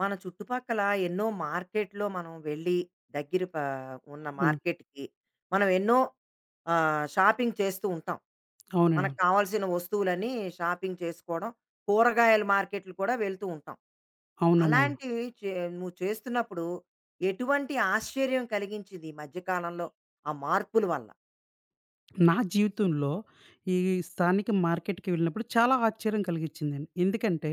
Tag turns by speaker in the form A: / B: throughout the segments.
A: మన చుట్టుపక్కల ఎన్నో మార్కెట్‌లో మనం వెళ్ళి దగ్గర ఉన్న
B: అవును.
A: మార్కెట్‌కి మనం ఎన్నో షాపింగ్ చేస్తూ ఉంటాం.
B: అవునండి. అవును.
A: మనకు కావాల్సిన వస్తువులన్నీ షాపింగ్ చేసుకోవడం, కూరగాయల మార్కెట్లు కూడా వెళ్తూ ఉంటాం.
B: అవునండి. అవును.
A: అలాంటివి చే నువ్వు చేస్తున్నప్పుడు ఎటువంటి ఆశ్చర్యం కలిగించింది ఈ మధ్య కాలంలో ఆ మార్పుల వల్ల?
B: నా జీవితంలో ఈ స్థానిక మార్కెట్‌కి వెళ్ళినప్పుడు చాలా ఆశ్చర్యం కలిగించిందండి. ఎందుకంటే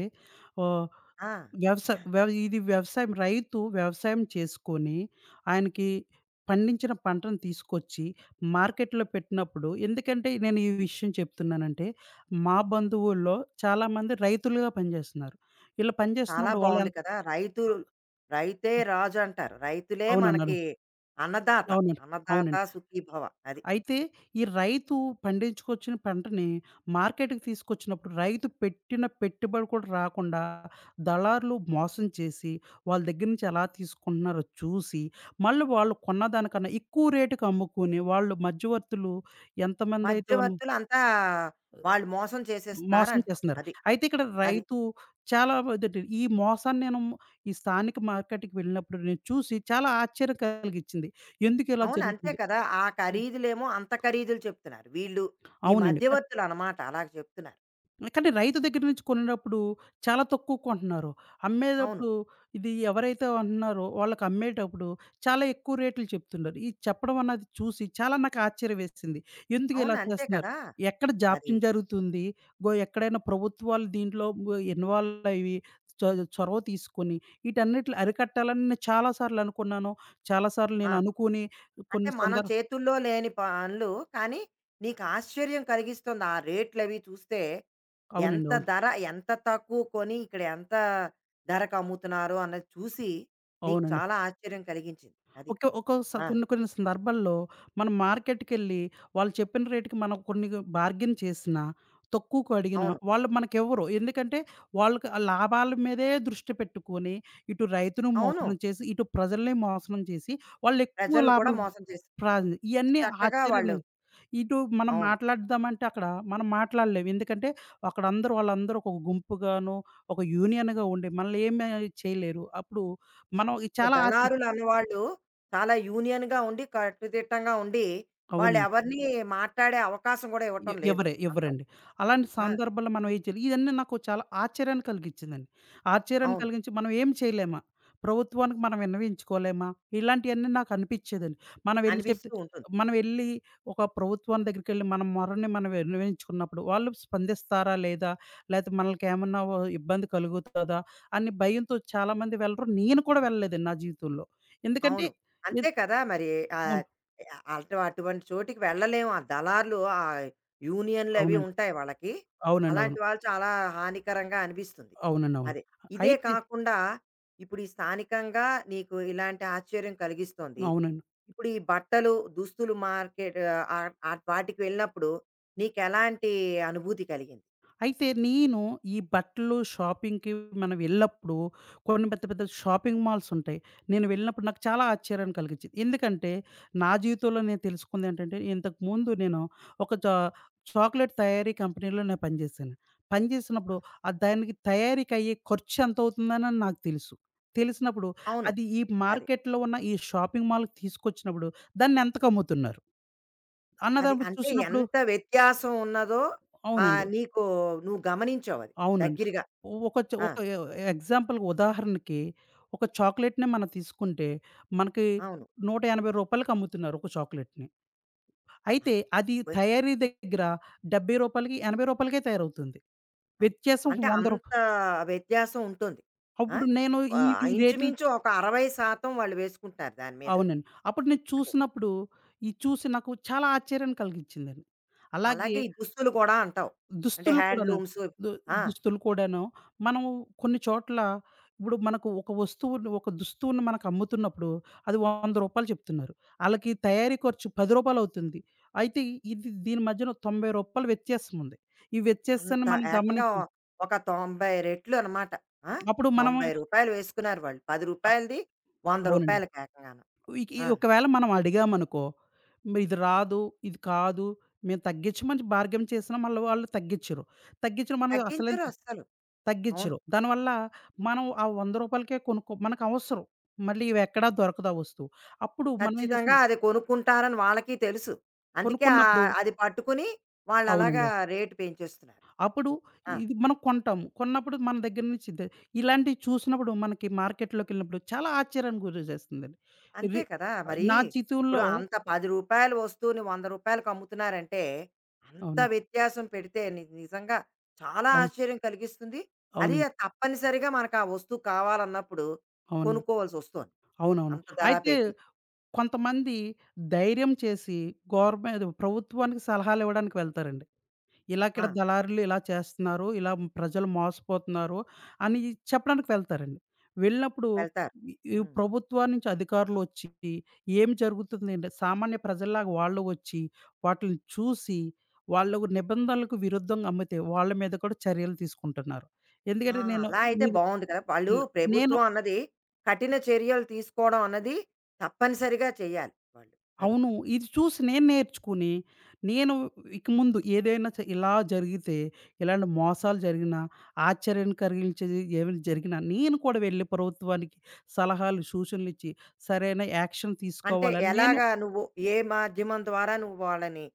B: ఆహ్,
A: ఆ!
B: వ్యవసాయం వ్యవసాయం చేసుకొని ఆయనకి పండించిన పంటను తీసుకొచ్చి మార్కెట్‌లో పెట్టినప్పుడు ఎందుకంటే నేను ఈ విషయం చెప్తున్నానంటే, మా బంధువుల్లో చాలామంది రైతులుగా పనిచేస్తున్నారు. ఇలా
A: చాలా
B: పనిచేస్తున్నప్పుడు వాళ్ళు
A: బావుంది
B: ఎంత
A: కదా! రైతే రాజు అంటారు. రైతులే
B: అవునన్నారు.
A: మనకి అన్నదాత.
B: అవునండి.
A: అన్నదాత
B: అవునండి.
A: సుఖీభవ. అది.
B: అయితే ఈ రైతు పండించుకొచ్చిన పంటని మార్కెట్‌కి తీసుకొచ్చినప్పుడు రైతు పెట్టిన పెట్టుబడి కూడా రాకుండా దళారులు మోసం చేసి, వాళ్ళ దగ్గర నుంచి ఎలా తీసుకుంటున్నారో చూసి, మళ్ళీ వాళ్ళు కొన్నదానికన్నా ఎక్కువ రేటుకి అమ్ముకుని, వాళ్ళు మధ్యవర్తులు ఎంతమందైతే ఉన్న
A: మధ్యవర్తులు అంతా వాళ్ళు మోసం చేసేస్తున్నారు
B: మోసం
A: అంటాం.
B: చేస్తున్నారు.
A: అది.
B: అయితే ఇక్కడ
A: అది.
B: రైతు చాలా ఎదుటి ఈ మోసాన్ని నేను ఈ స్థానిక మార్కెట్‌కి వెళ్ళినప్పుడు నేను చూసి చాలా ఆశ్చర్యం కలిగించింది. ఎందుకిలా
A: అవును. అంతే
B: జరుగుతుంది?
A: కదా! ఆ
B: హ్మ్.
A: ఖరీదులేమో అంత ఖరీదులు చెప్తున్నారు. వీళ్ళు ఈ
B: అవునండి.
A: మధ్యవర్తులు అన్నమాట అలాగ చెప్తున్నారు.
B: కానీ రైతు దగ్గర నుంచి కొనేటప్పుడు చాలా తక్కువ కొంటున్నారు.
A: అవును.
B: అమ్మేటప్పుడు ఇది ఎవరైతే అంటున్నారో వాళ్ళకి అమ్మేటప్పుడు చాలా ఎక్కువ రేట్లు చెప్తున్నారు. ఇది చెప్పడం అన్నది చూసి చాలా నాకు ఆశ్చర్యం వేసింది. ఎందుకు
A: అవును.
B: ఇలా
A: అంతే
B: చేస్తున్నారు?
A: కదా!
B: ఎక్కడ
A: అది.
B: జాప్యం జరుగుతుంది? ఎక్కడైనా ప్రభుత్వాలు దీంట్లో ఇన్వాల్వ్ అయ్యి చొ చొరవ తీసుకొని వీటన్నిటిని అరికట్టాలని నేను చాలా సార్లు అనుకున్నాను. చాలా సార్లు
A: ఆ!
B: నేను అనుకోని
A: అంటే
B: కొన్ని
A: మనం
B: సందర్భ
A: చేతుల్లో లేని పనులు కానీ నీకు ఆశ్చర్యం కలిగిస్తుంది. ఆ రేట్లవి చూస్తే
B: అవునండి.
A: ఎంత
B: అవును.
A: ధర ఎంత తక్కువ కొని ఇక్కడ ఎంత ధరకు అమ్ముతున్నారో అన్నది చూసి నీకు
B: అవునండి.
A: చాలా ఆశ్చర్యం కలిగించింది. అది.
B: ఓకే. ఒక్కో స
A: ఆ!
B: కొన్ని కొన్ని సందర్భాల్లో మనం మార్కెట్‌కెళ్ళి వాళ్ళు చెప్పిన రేట్‌కి మనం కొన్ని బార్గెన్ చేసినా, తక్కువకు అడిగినా
A: అవును.
B: వాళ్ళు మనకివ్వరు. ఎందుకంటే వాళ్ళకి ఆ లాభాల మీదే దృష్టి పెట్టుకొని, ఇటు రైతును
A: అవును.
B: మోసనం చేసి, ఇటు ప్రజల్ని మోసనం చేసి వాళ్ళెక్కువ
A: ప్రజలను కూడా
B: లాభాలు
A: మోసం చేశారు.
B: ప్రాది ఇయన్నీ
A: చక్కగా వాళ్ళు
B: ఆశ్చర్యమే. ఇటు మనం
A: అవును.
B: మాట్లాడదామంటే అక్కడ మనం మాట్లాడలేం. ఎందుకంటే అక్కడ వాళ్ళందరూ ఒక గుంపుగాను, ఒక యూనియన్‌గా ఉండి మనల్ని ఏమి చేయలేరు. అప్పుడు
A: ఈ
B: మనం ఇది చాలా ఆశ్చర్యం
A: దళారులు అన్నవాళ్ళు చాలా యూనియన్‌గా ఉండి, కట్టుదిట్టంగా ఉండి,
B: అవును.
A: వాళ్ళెవరిని మాట్లాడే అవకాశం కూడా ఇవ్వటం లేదు
B: ఇవ్వరే
A: అంటావు.
B: ఇవ్వరండి. అలాంటి
A: ఆ!
B: సందర్భాల్లో మనం ఏం చేయాలి? ఇయన్నీ నాకు చాలా ఆశ్చర్యాన్ని కలిగించిందండి. ఆశ్చర్యాన్ని
A: అవును.
B: కలిగించి మనం ఏం చేయలేమా? ప్రభుత్వానికి మనం విన్నవించుకోలేమా? ఇలాంటియన్నీ నాకు అనిపిచ్చేదండి. మనం వెళ్లి చెప్తే
A: అనిపిస్తూ ఉంటుంది.
B: మనం వెళ్లి ఒక ప్రభుత్వం దగ్గరికెళ్లి మన మొరని మనం విన్నవించుకున్నప్పుడు వాళ్ళు స్పందిస్తారా లేదా? లేతే మనకేమన్నా ఓ ఇబ్బంది కలుగుతదా? అని భయంతో చాలామంది వెళ్లరు. నేను కూడా వెళ్ళలేదండి నా జీవితంలో. ఎందుకంటే
A: అవును. అంతే
B: ఎద్
A: కదా! మరి ఆహ్,
B: అవును.
A: అటువంటి చోటికి వెళ్ళలేము. ఆ దళార్లు ఆ యూనియన్‌లు అవి
B: అవునండి.
A: ఉంటాయి వాళ్ళకి.
B: అవునండి.
A: అలాంటి
B: అవును.
A: వాళ్ళు చాలా హానికరంగా అనిపిస్తుంది.
B: అవునండి. అవును.
A: అదే. ఇదే
B: అయితే
A: కాకుండా ఇప్పుడు ఈ స్థానికంగా నీకు ఇలాంటి ఆశ్చర్యం కలిగిస్తోంది.
B: అవునండి.
A: ఇప్పుడు ఈ బట్టలు, దుస్తులు మార్కెట్ ఆహ్, ఆహ్, వాటికి వెళ్ళినప్పుడు నీకెలాంటి అనుభూతి కలిగింది?
B: అయితే నేను ఈ బట్టలు షాపింగ్‌కి మనం వెళ్ళినప్పుడు కొన్ని పెద్ద పెద్ద షాపింగ్ మాల్స్ ఉంటాయి. నేను వెళ్ళినప్పుడు నాకు చాలా ఆశ్చర్యాన్ని కలిగించింది. ఎందుకంటే నా జీవితంలో నేను తెలుసుకుందేంటంటే ఇంతకుముందు నేను ఒక చా చాక్లేట్ తయారీ కంపెనీలో నేను పనిచేశాను. పనిచేసినప్పుడు ఆ దానికి తయారీకయ్యే ఖర్చు ఎంతవుతుందని నాకు తెలుసు. తెలిసినప్పుడు
A: అవును.
B: అది ఈ
A: అదే.
B: మార్కెట్‌లో ఉన్న ఈ షాపింగ్ మాల్‌కి తీసుకొచ్చినప్పుడు దాన్ని ఎంతకమ్ముతున్నారు అన్న
A: అది
B: దాన్ని
A: అంటే
B: చూసినప్పుడు
A: ఎంత వ్యత్యాసం ఉన్నదో
B: అవునండి.
A: నీకు నువ్వు గమనించావది
B: అవునండి.
A: దగ్గరగా.
B: ఓ- ఒక చ
A: ఆ!
B: ఒక ఎ ఎగ్జాంపుల్‌కి ఉదాహరణకి ఒక చాక్లెట్‌ని మనం తీసుకుంటే, మనకి
A: అవును.
B: రూ. 180కి అమ్ముతున్నారు ఒక చాక్లెట్‌ని. అయితే అది
A: అమ్మబాబోయ్!
B: తయారీ దగ్గర రూ. 70కి, రూ. 80కే తయారవుతుంది.
A: అది.
B: వ్యత్యాసం రూ.
A: అంటే
B: 100.
A: అంత వ్యత్యాసం ఉంటుంది. ఆ!
B: అప్పుడు నేను ఈ
A: ఆహ్,
B: ఈ రేట్లు
A: ఇంచుమించు
B: చూ-
A: ఒక 60% వాళ్ళు వేసుకుంటున్నారు దాని మీద.
B: అవునండి. అప్పుడు నేను
A: అంటే
B: చూసినప్పుడు, ఇది చూసి నాకు చాలా ఆశ్చర్యాన్ని కలిగించిందండి. అలాగే
A: అలాగే ఈ దుస్తులు కూడా అంటావు. అంటే
B: దుస్తులు కూడాను.
A: హ్యాండ్లూమ్స్
B: దు
A: ఆ!
B: దుస్తులు కూడాను. మనం కొన్ని చోట్ల ఇప్పుడు మనకు ఒక వస్తువుని, ఒక దుస్తువుని మనకు అమ్ముతున్నప్పుడు అది రూ. 100 చెప్తున్నారు. ఆళ్ళకి తయారీ ఖర్చు రూ. 10 అవుతుంది. అయితే ఇది దీని మధ్యన రూ. 90 వ్యత్యాసం ఉంది. ఈ
A: అంత
B: వ్యత్యాసాన్ని మనం
A: ఏకంగా
B: గమనించి
A: ఒక 90 రెట్లు అనమాట. ఆ! రూ.
B: అప్పుడు మనము
A: 90 వేసుకున్నారు వాళ్ళు. రూ.
B: అ
A: 10ది, రూ.
B: అవునండి.
A: 100కి ఏకంగాను.
B: ఇక
A: ఆ!
B: ఒకవేళ మనం అడిగామనుకో, "మరి ఇది రాదు, ఇది కాదు" మేము తగ్గించమని బార్గెయిన్ చేసినా మళ్ళీ వాళ్ళు తగ్గించరు. తగ్గించిన మనం అసలైన
A: తగ్గించరు అస్సలు. అవును.
B: తగ్గించరు. దానివల్ల మనం ఆ రూ. 100కే కొనుక్కో మనకవసరం. మళ్ళీ ఇవెక్కడా దొరకదు ఆ వస్తువు. అప్పుడు మనమేం
A: ఖచ్చితంగా
B: చేస్తాం
A: అది కొనుక్కుంటారని వాళ్ళకి తెలుసు. అందుకే
B: కొనుక్కున్నప్పుడు
A: అది పట్టుకుని వాళ్ళలాగా
B: అవునండి.
A: రేట్ పెంచేస్తున్నారు.
B: అప్పుడు
A: ఆ!
B: ఇది మనం కొంటాము. కొన్నప్పుడు మన దగ్గర నుంచి ద ఇలాంటివి చూసినప్పుడు మనకి మార్కెట్‌లోకెళ్ళినప్పుడు చాలా ఆశ్చర్యానికి గురి చేస్తుందండి.
A: అంతే
B: ఇది
A: కదా! మరి
B: నా
A: ఇప్పుడు
B: జీవితంలో
A: అంత రూ. 10 వస్తువుని రూ. 100కి అమ్ముతున్నారంటే, అంత
B: అవునండి.
A: వ్యత్యాసం పెడితే నిజంగా చాలా
B: అవును.
A: ఆశ్చర్యం కలిగిస్తుంది. అది
B: అవునండి.
A: తప్పనిసరిగా మనకు ఆ వస్తువు కావాలన్నప్పుడు
B: అవునండి.
A: కొనుక్కోవాల్సొస్తోంది.
B: అవునవును.
A: అంత ధర
B: అయితే
A: పెట్టి.
B: కొంతమంది ధైర్యం చేసి ప్రభుత్వానికి సలహాలివ్వడానికి వెళ్తారండి. ఇలా
A: ఆ!
B: ఇక్కడ దళారులు ఇలా చేస్తున్నారు. ఇలా ప్రజలు మోసపోతున్నారు అని చెప్పడానికి వెళ్తారండి. వెళ్ళినప్పుడు
A: వెళ్తారు.
B: ఈ ఈ
A: హ్మ్.
B: ప్రభుత్వం నుంచి అధికారులొచ్చి ఏం జరుగుతుందంటే సామాన్య ప్రజల్లాగా వాళ్ళు వచ్చి వాటిలిని చూసి వాళ్ళు నిబంధనలకు విరుద్ధంగా అమ్మితే వాళ్ళ మీద కూడా చర్యలు తీసుకుంటున్నారు.
A: ఆ!
B: ఎందుకంటే నేను
A: అలా అయితే
B: ఇది
A: బావుంది కదా! వాళ్ళు
B: హ్మ్. నేను
A: ప్రభుత్వం అన్నది కఠిన చర్యలు తీసుకోవడం అన్నది తప్పనిసరిగా చేయాలి వాళ్ళు. అది.
B: అవును. ఇది చూసి నేను నేర్చుకుని, నేను ఇక ముందు ఏదైనా చ ఇలా జరిగితే, ఇలాంటి మోసాలు జరిగినా, ఆశ్చర్యం కలిగించేది ఏమైనా జరిగినా, నేను కూడా వెళ్లి ప్రభుత్వానికి సలహాలు, సూచనలిచ్చి సరైన యాక్షన్
A: అంటే
B: తీసుకోవాలని నేను
A: ఎలాగా నువ్వు ఏ మాధ్యమం ద్వారా నువ్వు వాళ్ళని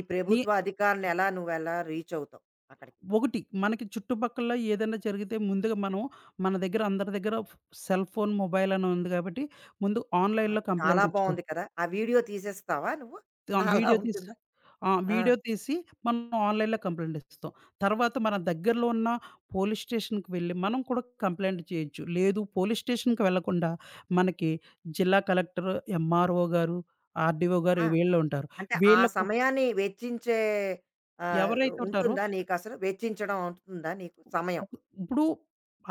A: ఈ
B: నే
A: ప్రభుత్వ అధికారులను ఎలా నువ్వెలా రీచ్ అవుతావు అక్కడికి?
B: ఒకటి మనకి చుట్టుపక్కల ఏదైనా జరిగితే ముందుగా మనం మన దగ్గర అందరి దగ్గర సెల్ ఫోన్, మొబైల్ అని ఉంది కాబట్టి ముందు
A: ఆ!
B: ఆన్‌లైన్‌లో
A: అది చాలా
B: కంప్లెయింట్ ఇచ్చుకో.
A: బావుంది కదా! ఆ వీడియో తీసేస్తావా నువ్వు? అలా
B: వీడియో తీసి
A: ఉంటుందా?
B: ఆ!
A: ఆ!
B: వీడియో తీసి మనం ఆన్‌లైన్‌లో కంప్లెయింట్ ఇస్తాం. తర్వాత మన దగ్గరలో ఉన్న పోలీస్ స్టేషన్‌కి వెళ్లి మనం కూడా కంప్లెయింట్ చేయొచ్చు. లేదు పోలీస్ స్టేషన్‌కి వెళ్ళకుండా మనకి జిల్లా కలెక్టర్, ఎంఆర్‌ఓ గారు, ఆర్‌డీఓ గారు
A: ఆ!
B: వీళ్ళు ఉంటారు.
A: అంటే ఆ
B: వీళ్ళకు
A: సమయాన్ని వెచ్చించే ఆహ్,
B: ఎవరైతే ఉంటారో
A: ఉంటుందా నీకసలు? వెచ్చించడం ఉంటుందా నీకు సమయం?
B: ఒక- ఇప్పుడు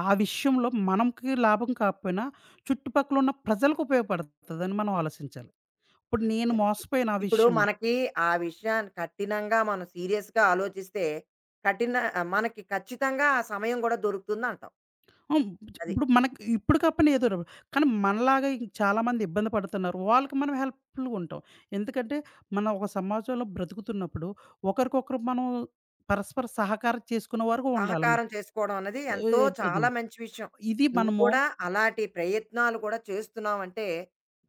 B: ఆ విషయంలో మనకి లాభం కాకపోయినా చుట్టుపక్కల ఉన్న ప్రజలకు ఉపయోగపడతదని మనం ఆలోచించాలి. ఇప్పుడు
A: అది
B: నేను
A: కరెక్ట్.
B: మోసపోయాను ఆ
A: ఇప్పుడు
B: విషయం
A: మనకి ఆ విషయాన్ని కఠినంగా మనం సీరియస్‌గా ఆలోచిస్తే కఠిన మనకి ఖచ్చితంగా ఆ సమయం గూడా దొరుకుతుందంటావు.
B: ఆ!
A: అది.
B: ఇప్పుడు మనకి ఇప్పుడు కాకపోయినా ఏదో ర కానీ మనలాగా ఇంక చాలామంది ఇబ్బంది పడుతున్నారు. వాళ్ళకి మనం హెల్ప్‌ఫుల్‌గా ఉంటాం. ఎందుకంటే మనం ఒక సమాజంలో బ్రతుకుతున్నప్పుడు ఒకరికొకరు మనం పరస్పర సహకారం చేసుకునే వరకు ఉండాలి.
A: సహకారం చేసుకోవడం అన్నది ఎంతో
B: అది
A: చాలా మంచి విషయం.
B: ఇది
A: నువ్వు
B: మనము
A: కూడా అలాంటి ప్రయత్నాలు కూడా చేస్తున్నావంటే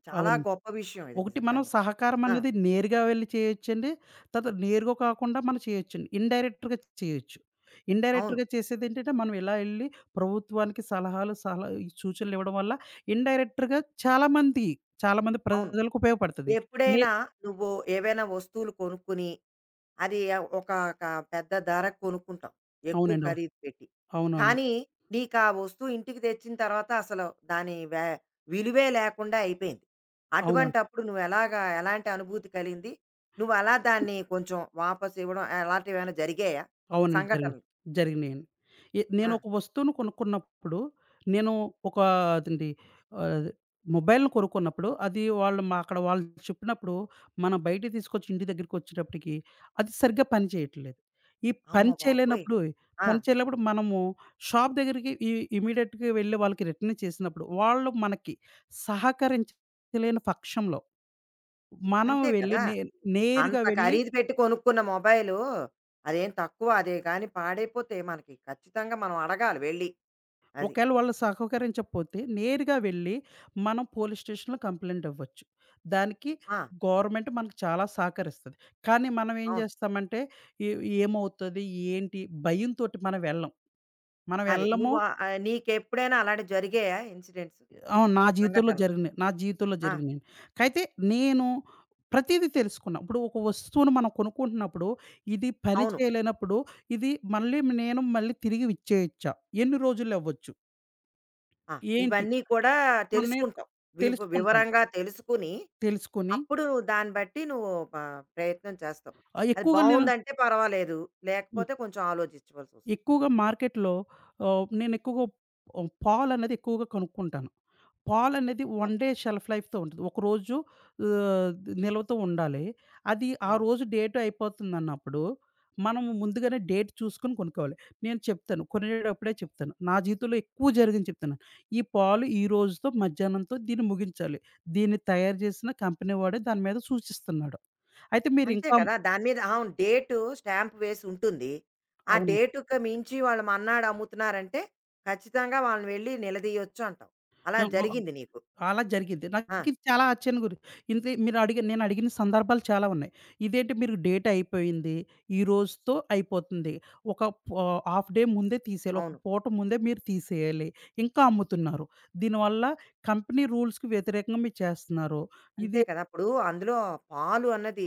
A: చాలా
B: అవును.
A: గొప్ప విషయం ఇది
B: ఒకటి మనం
A: నిజంగాను.
B: సహకారం
A: ఆ!
B: అనేది నేరుగా వెళ్ళి చేయొచ్చండి. తర్వాత నేరుగా కాకుండా మనం చేయొచ్చండి. ఇండైరెక్టర్‌గా చేయొచ్చు.
A: అవును.
B: ఇండైరెక్టర్‌గా చేసేదేంటంటే, మనం ఇలా ఎళ్లి ప్రభుత్వానికి సలహాలు, సలహా ఈ సూచనలివ్వడం వల్ల ఇండైరెక్టర్‌గా చాలామంది
A: అవును.
B: ప్రజలకు ఉపయోగపడతది. నే
A: ఎప్పుడైనా నువ్వు ఏవైనా వస్తువులు కొనుక్కొని అది ఒక ఒక పెద్ద ధర కొనుక్కుంటాం. ఎక్కువ
B: అవునండి. అవును.
A: ఖరీదు పెట్టి.
B: అవునవును.
A: కానీ నీకా వస్తువు ఇంటికి తెచ్చిన తర్వాత అసలు దాని వే విలువే లేకుండా అయిపోయింది.
B: అవునవును.
A: అటువంటప్పుడు నువ్వెలాగా ఎలాంటి అనుభూతి కలిగింది? నువ్వు అలా దాన్ని కొంచెం వాపసు ఇవ్వడం అలాంటివేమైనా జరిగాయా
B: అవునండి. జరిగినియి.
A: సంఘటనలు?
B: జరిగినియండి. ఎ
A: ఆ!
B: నేనొక వస్తువును కొనుక్కున్నప్పుడు, నేను ఒక అదేంటి ఆహ్, మొబైల్‌ని కొనుక్కున్నప్పుడు, అది వాళ్ళు మా అక్కడ వాళ్ళు చెప్పినప్పుడు, మనం బయటికి తీసుకొచ్చి ఇంటి దగ్గరికొచ్చేటప్పటికి, అది సరిగ్గా పని చేయట్లేదు. ఈ
A: అమ్మ
B: పని
A: బాబోయ్!
B: చేయలేనప్పుడు,
A: ఆ!
B: పని చేయలేనప్పుడు మనము షాప్ దగ్గరికి ఇమ్మీడియేట్‌గా వెళ్ళి వాళ్ళకి రిటర్న్ చేసినప్పుడు, వాళ్ళు మనకి సహకరించలేని పక్షంలో, మనం
A: అంతే
B: వెళ్ళి
A: కదా!
B: నే నేరుగా
A: అంత
B: వెళ్ళి
A: ఖరీదు పెట్టి కొనుక్కున్న మొబైలు అదేం తక్కువ అదే గాని పాడైపోతే మనకి ఖచ్చితంగా మనం అడగాలి వెళ్ళి. అది.
B: ఒకవేళ వాళ్ళు సహకరించకపోతే నేరుగా వెళ్ళి మనం పోలీస్ స్టేషన్‌లో కంప్లెయింట్ ఇవ్వచ్చు. దానికి
A: ఆ!
B: గవర్నమెంట్ మనకు చాలా సహకరిస్తది. కానీ మనం ఏం
A: అవును.
B: జేస్తామంటే ఏ ఏమవుతది? ఏంటి? భయంతోటి మనం వెళ్ళం. మనం
A: అదే.
B: వెళ్ళము
A: నువ్వు నీకెప్పుడైనా అలాంటివి జరిగాయా ఇన్సిడెంట్స్,
B: అవును. నా జీవితంలో
A: సంఘటనలు?
B: జరిగినియి. నా జీవితంలో
A: ఆ!
B: జరిగినియి. అయితే నేను ప్రతీదీ తెలుసుకున్నా. ఇప్పుడు ఒక వస్తువును మనం కొనుక్కుంటున్నప్పుడు ఇది పని
A: అవును.
B: చేయలేనప్పుడు ఇది మళ్ళీ నేను మళ్ళీ తిరిగి ఇచ్చేయొచ్చా? ఎన్ని రోజుల్లో ఇవ్వచ్చు?
A: ఆ!
B: ఏంటి?
A: ఇవన్నీ కూడా
B: కొన్ని
A: తెలుసుకుంటావు.
B: తెలుసుకుంటాను.
A: వివరంగా తెలుసుకుని,
B: తెలుసుకొని
A: అప్పుడు నువ్వు దాన్ని బట్టి నువ్వు ప్రయత్నం చేస్తావు. అది
B: ఎక్కువగా నేను
A: బావుందంటే పర్వాలేదు. లేకపోతే కొంచెం ఆలోచించవలసొస్తుంది.
B: ఎక్కువగా మార్కెట్‌లో నేను ఎక్కువగా పాలనేది ఎక్కువగా కొనుక్కుంటాను. పాలనేది 1
A: అవును.
B: డే షెల్ఫ్ లైఫ్‌తో ఉంటది. ఒకరోజు ఆహ్, నిల్వతో ఉండాలి. అది ఆ
A: అవును.
B: రోజు డేట్ అయిపోతుందన్నప్పుడు, మనము ముందుగానే డేట్ చూసుకొని కొనుక్కోవాలి. నేను చెప్తాను కొనేటప్పుడే చెప్తాను. నా జీవితంలో ఎక్కువ జరిగింది చెప్తున్నాను. ఈ పాలు ఈ రోజుతో మధ్యాహ్నంతో దీన్ని ముగించాలి. దీన్ని తయారు చేసిన కంపెనీ వాడే దాని మీద సూచిస్తున్నాడు. అయితే మీరు
A: అంతే
B: ఇంకా
A: కదా! దాని మీద అవును. డేటు స్టాంప్ వేసి ఉంటుంది. ఆ డేటుకి మించి వాళ్ళు మన్నాడు అమ్ముతున్నారంటే, ఖచ్చితంగా వాళ్ళని వెళ్లి నిలదీయొచ్చు అంటావు. అలా
B: అవును.
A: జరిగింది నీకు.
B: అలా జరిగిద్ది.
A: ఆ!
B: నాకిది చాలా ఆశ్చర్యంగా గురి ఇంతే మీరు అడిగిన నేను అడిగిన సందర్భాలు చాలా ఉన్నాయి. ఇదేంటి మీరు డేట్ అయిపోయింది. ఈ రోజుతో అయిపోతుంది. ఒక ప హాఫ్ డే ముందే తీసేయాలి. ఒక
A: అవును.
B: పూట ముందే మీరు తీసేయాలి. ఇంకా అమ్ముతున్నారు. దీనివల్ల కంపెనీ రూల్స్‌కి వ్యతిరేకంగా మీరు చేస్తున్నారు.
A: అంతే
B: ఇది
A: కదా! అప్పుడు అందులో పాలు అన్నది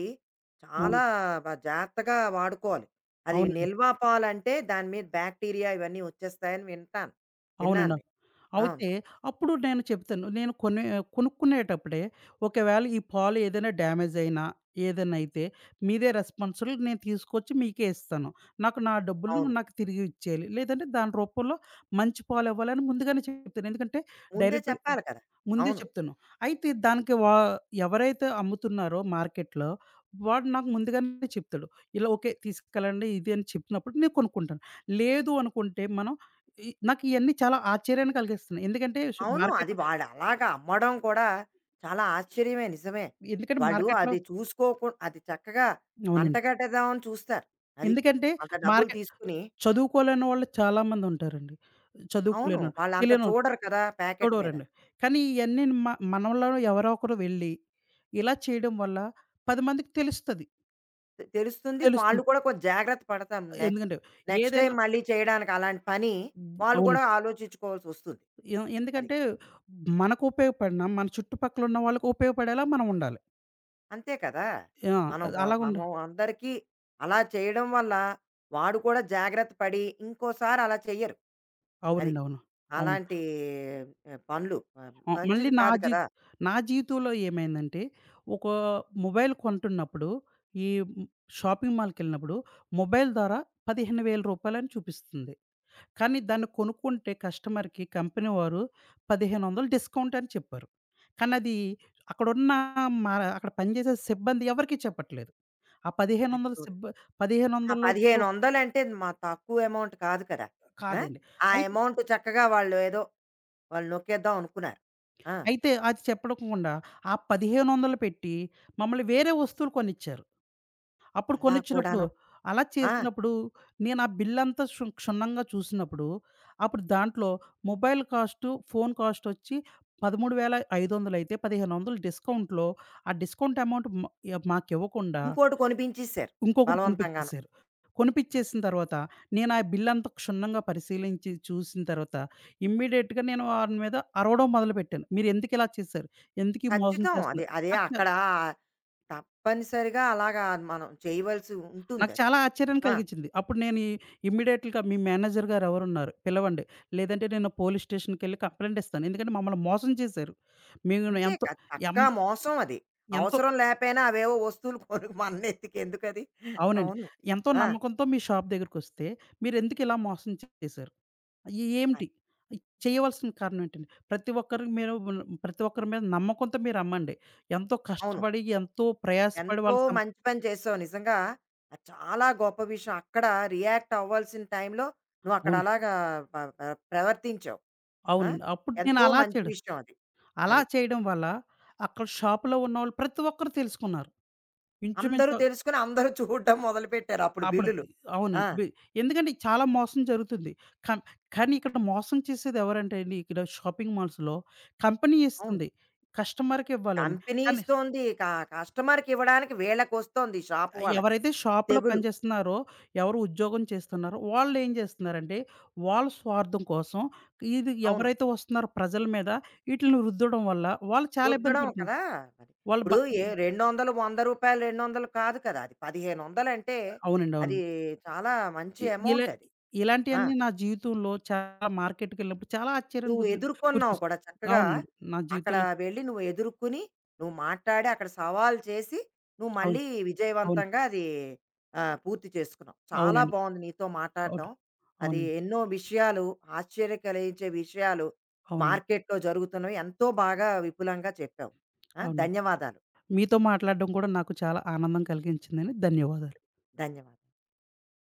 A: చాలా
B: అవును.
A: జాగ్రత్తగా వాడుకోవాలి. అది
B: అవునండి.
A: నిల్వ పాలంటే దాని మీద బాక్టీరియా ఇవన్నీ వచ్చేస్తాయని వింటాను. విన్నాను
B: అవునండి.
A: నేను.
B: అవును.
A: అవును.
B: అయితే అప్పుడు నేను చెప్తాను. నేను కొనే కొనుక్కునేటప్పుడే ఒకవేళ ఈ పాలు ఏదైనా డ్యామేజ్ అయినా, ఏదైనా అయితే మీదే రెస్పాన్సిబుల్ నేను తీసుకొచ్చి మీకే ఇస్తాను. నాకు నా డబ్బులు
A: అవును.
B: నాకు తిరిగి ఇచ్చేయాలి. లేదంటే దాని రూపంలో మంచి పాలు ఇవ్వాలని ముందుగానే చెప్తాను. ఎందుకంటే
A: ముందే
B: డైరెక్ట్
A: చెప్పాలి కదా!
B: ముందే
A: అవును.
B: చెప్తాను. అయితే దానికి వా ఎవరైతే అమ్ముతున్నారో మార్కెట్‌లో వాడు నాకు ముందుగానే చెప్తాడు. ఇలా ఓకే తీసుకెళ్ళండి ఇది అని చెప్పినప్పుడు నేను కొనుక్కుంటాను. లేదు అనుకుంటే మనం ఇ నాకు ఇయన్నీ చాలా ఆశ్చర్యాన్ని కలిగిస్తున్నాయి. ఎందుకంటే షు
A: అవును. అది
B: మార్కెట్‌లో
A: వాళ్ళు అలాగా అమ్మడం కూడా చాలా ఆశ్చర్యమే నిజమే.
B: ఎందుకంటే
A: వాళ్ళు
B: మార్కెట్‌లో
A: అది చూసుకోకు అది చక్కగా
B: అవునండి.
A: అంటగట్టేద్దామని చూస్తారు. అది.
B: ఎందుకంటే
A: అంత డబ్బులు
B: మార్కెట్
A: తీసుకుని
B: చదువుకోలేని వాళ్ళు చాలామంది ఉంటారండి.
A: అవును.
B: చదువుకోలేనోళ్ళు,
A: వాళ్ళంత
B: తెలియనోళ్ళు
A: చూడరు కదా! ప్యాకెట్ మీద.
B: చూడరండి. కానీ ఇయన్నీ మనలో ఎవరో ఒకరు వెళ్ళి ఇలా చేయడం వల్ల 10 మందికి తెలుస్తది.
A: తెలుస్తుంది. వాళ్ళు
B: తెలుస్తుంది.
A: కూడా కొంచెం జాగ్రత్త పడతాం.
B: ఎందుకంటే
A: నెక్స్ట్ టైమ్
B: ఏదైనా
A: మళ్ళీ చేయడానికి అలాంటి పని
B: హ్మ్.
A: వాళ్ళు కూడా
B: అవునండి.
A: ఆలోచించుకోవాల్సొస్తుంది. అది.
B: ఎందుకంటే మనకు ఉపయోగపడిన, మన చుట్టుపక్కల ఉన్న వాళ్ళకి ఉపయోగపడేలా మనం ఉండాలి.
A: అంతే కదా!
B: ఆ! అలాగుండ
A: మనం అందరికీ అలా చేయడం వల్ల వాడు కూడా జాగ్రత్త పడి ఇంకోసారి అలా చెయ్యరు. అది.
B: అవునండి. అవును. అవును.
A: అలాంటి పనులు
B: ఆహ్, మళ్ళీ
A: మంచిది
B: నా
A: కాదు
B: జీ
A: కదా!
B: నా జీవితంలో ఏమైందంటే, ఒక మొబైల్ కొంటున్నప్పుడు ఈ షాపింగ్ మాల్‌కెళ్ళినప్పుడు మొబైల్ ద్వారా రూ. 15,000 అని చూపిస్తుంది. కానీ దాన్ని కొనుక్కుంటే కస్టమర్‌కి కంపెనీ వారు 1500 డిస్కౌంట్ అని చెప్పారు. కానీ అది అక్కడున్న మా అక్కడ పనిచేసే సిబ్బంది ఎవరికీ చెప్పట్లేదు. ఆ
A: అది
B: 1500
A: చూడు.
B: సిబ్బ పదిహేను
A: ఆ
B: వందల రూ. 1500
A: 1500 అంటే మా తక్కువ అమౌంట్ కాదు కదా! ఆ!
B: కాదండి.
A: ఆ
B: అయితే
A: అమౌంట్ చక్కగా వాళ్ళు ఏదో వాళ్ళు నొక్కేద్దాం అనుకున్నారు. ఆ!
B: అయితే అది చెప్పకుండా ఆ 1500 పెట్టి మమ్మల్ని వేరే వస్తువులు కొనిచ్చారు. అప్పుడు
A: అలా
B: కొనిచ్చినప్పుడు,
A: కూడాను.
B: అలా
A: ఆ!
B: చేసినప్పుడు నేను ఆ బిల్లంతా క్షుణ్ణంగా చూసినప్పుడు, అప్పుడు దాంట్లో మొబైల్ కాస్టు, ఫోను కాస్టొచ్చి 13,500 అయితే 1,500 డిస్కౌంట్‌లో ఆ డిస్కౌంట్ అమౌంట్ మ మాకివ్వకుండా
A: ఇంకోటి కొనిపించేశారు
B: ఇంకొకటి
A: బలవంతంగాను.
B: కొనిపిచ్చేసారు.
A: అది.
B: కొనిపిచ్చేసిన తర్వాత నేను ఆ బిల్లంతా క్షుణ్ణంగా పరిశీలించి చూసిన తర్వాత ఇమ్మీడియేట్‌గా నేను వారి మీద అరవడం మొదలుపెట్టాను. మీరెందుకిలా చేశారు? ఎందుకీ మోసం
A: ఖచ్చితం అది.
B: చేస్తున్నారు?
A: అదే
B: నాకు
A: అక్కడ తప్పనిసరిగా అలాగా మనం చేయవలసి
B: నాకు
A: ఉంటుందది.
B: చాలా ఆశ్చర్యాన్ని
A: ఆ!
B: కలిగించింది. అప్పుడు నేను ఇ ఇమ్మీడియేట్‌గా మీ మేనేజర్ గారు ఎవరున్నారు పిలవండి. లేదంటే నేను పోలీస్ స్టేషన్‌కెళ్ళి కంప్లెయింట్ ఇస్తాను. ఎందుకంటే మమ్మల్ని మోసం చేశారు. మేము
A: అంతే
B: ఎంతో
A: కాదు
B: ఎం
A: పక్కా మోసం అది.
B: ఎంతో
A: అవసరం లేపోయినా అవేవో వస్తువులు కొను మన నెత్తికి ఎందుకది?
B: అవునండి.
A: అవును.
B: ఎంతో
A: ఆ!
B: నమ్మకంతో మీ షాప్ దగ్గరికొస్తే మీరెందుకు ఇలా మోసం చేశారు? ఏ ఏంటి?
A: అది.
B: చేయవలసిన కారణం ఏంటండి? ప్రతి ఒక్కరికి మీరు ప్రతి ఒక్కరి మీద నమ్మకంతో మీరమ్మండి. ఎంతో
A: అవును.
B: కష్టపడి, ఎంతో ప్రయాసపడి
A: ఎంతో
B: వాళ్ళు సం
A: మంచి పని చేసావు నిజంగా. అది చాలా గొప్ప విషయం. అక్కడ రియాక్ట్ అవ్వాల్సిన టైంలో నువ్వు అక్కడ
B: అవును.
A: అలాగా ప ప ప్రవర్తించావు. ఆ!
B: అవునండి. అప్పుడు నేను
A: ఎంతో
B: అలా
A: మంచి
B: చేయడం
A: విషయం అది.
B: అలా
A: అది.
B: చేయడం వల్ల అక్కడ షాప్‌లో ఉన్నవాళ్ళు ప్రతి ఒక్కరు తెలుసుకున్నారు.
A: అందరూ
B: ఇంచుమించు
A: తెలుసుకొని అందరూ చూడడం మొదలుపెట్టారు అప్పుడు
B: అప్పుడు
A: బిల్లులు. ఆ!
B: అవునండి. బి ఎందుకంటే చాలా మోసం జరుగుతుంది. కం కానీ ఇక్కడ మోసం చేసేది ఎవరంటే అండి, ఇక్కడ షాపింగ్ మాల్స్‌లో కంపెనీ
A: అవును.
B: ఇస్తుంది. కస్టమర్‌కి ఇవ్వాలని.
A: కంపెనీ
B: కానీ
A: ఇస్తోంది. కస్టమర్‌కి ఇవ్వడానికి వీళ్ళకొస్తోంది షాప్ వాళ్ళకి.
B: ఎవరైతే షాప్‌లో
A: తెగులు.
B: పనిచేస్తున్నారో, ఎవరు ఉద్యోగం చేస్తున్నారో వాళ్ళు ఏం చేస్తున్నారంటే, వాళ్ళ స్వార్థం కోసం ఇది
A: అవును.
B: ఎవరైతే వస్తున్నారో ప్రజల మీద ఈటిలిని రుద్దడం వల్ల వాళ్ళు చాలా ఇబ్బంది
A: రుద్దడం
B: పడుతున్నారు.
A: కదా! మరి.
B: వాళ్ళు బ
A: ఇప్పుడు ఏ 200, రూ. 100 200 కాదు కదా! అది 1500 అంటే
B: అవునండి.
A: అది
B: అవును.
A: చాలా మంచి
B: ఇలా
A: అమౌంట్ అది. ఆ!
B: ఇలాంటియన్నీ నా జీవితంలో చాలా మార్కెట్‌కెళ్ళినప్పుడు చాలా ఆశ్చర్యాన్ని
A: నువ్వు
B: కుదిరి
A: ఎదుర్కొన్నావు
B: గురిచేసాయి.
A: కూడా చక్కగా.
B: అవునండి. నా
A: అక్కడ
B: జీవితంలో
A: వెళ్ళి నువ్వు ఎదుర్కొని, నువ్వు మాట్లాడి, అక్కడ సవాలు చేసి, నువ్వు
B: అవును.
A: మళ్ళీ
B: అవును.
A: విజయవంతంగా అది పూర్తి చేసుకున్నావు. చాలా
B: అవునండి.
A: బావుంది నీతో
B: అవును.
A: మాట్లాడడం. అది
B: అవునండి.
A: ఎన్నో విషయాలు, ఆశ్చర్య కలిగించే విషయాలు
B: అవునండి.
A: మార్కెట్‌లో జరుగుతున్నవి ఎంతో బాగా విపులంగా చెప్పావు. ఆ!
B: అవునండి.
A: ధన్యవాదాలు.
B: మీతో మాట్లాడడం కూడా నాకు చాలా ఆనందం కలిగించిందండి. ధన్యవాదాలు.
A: ధన్యవాదాలు.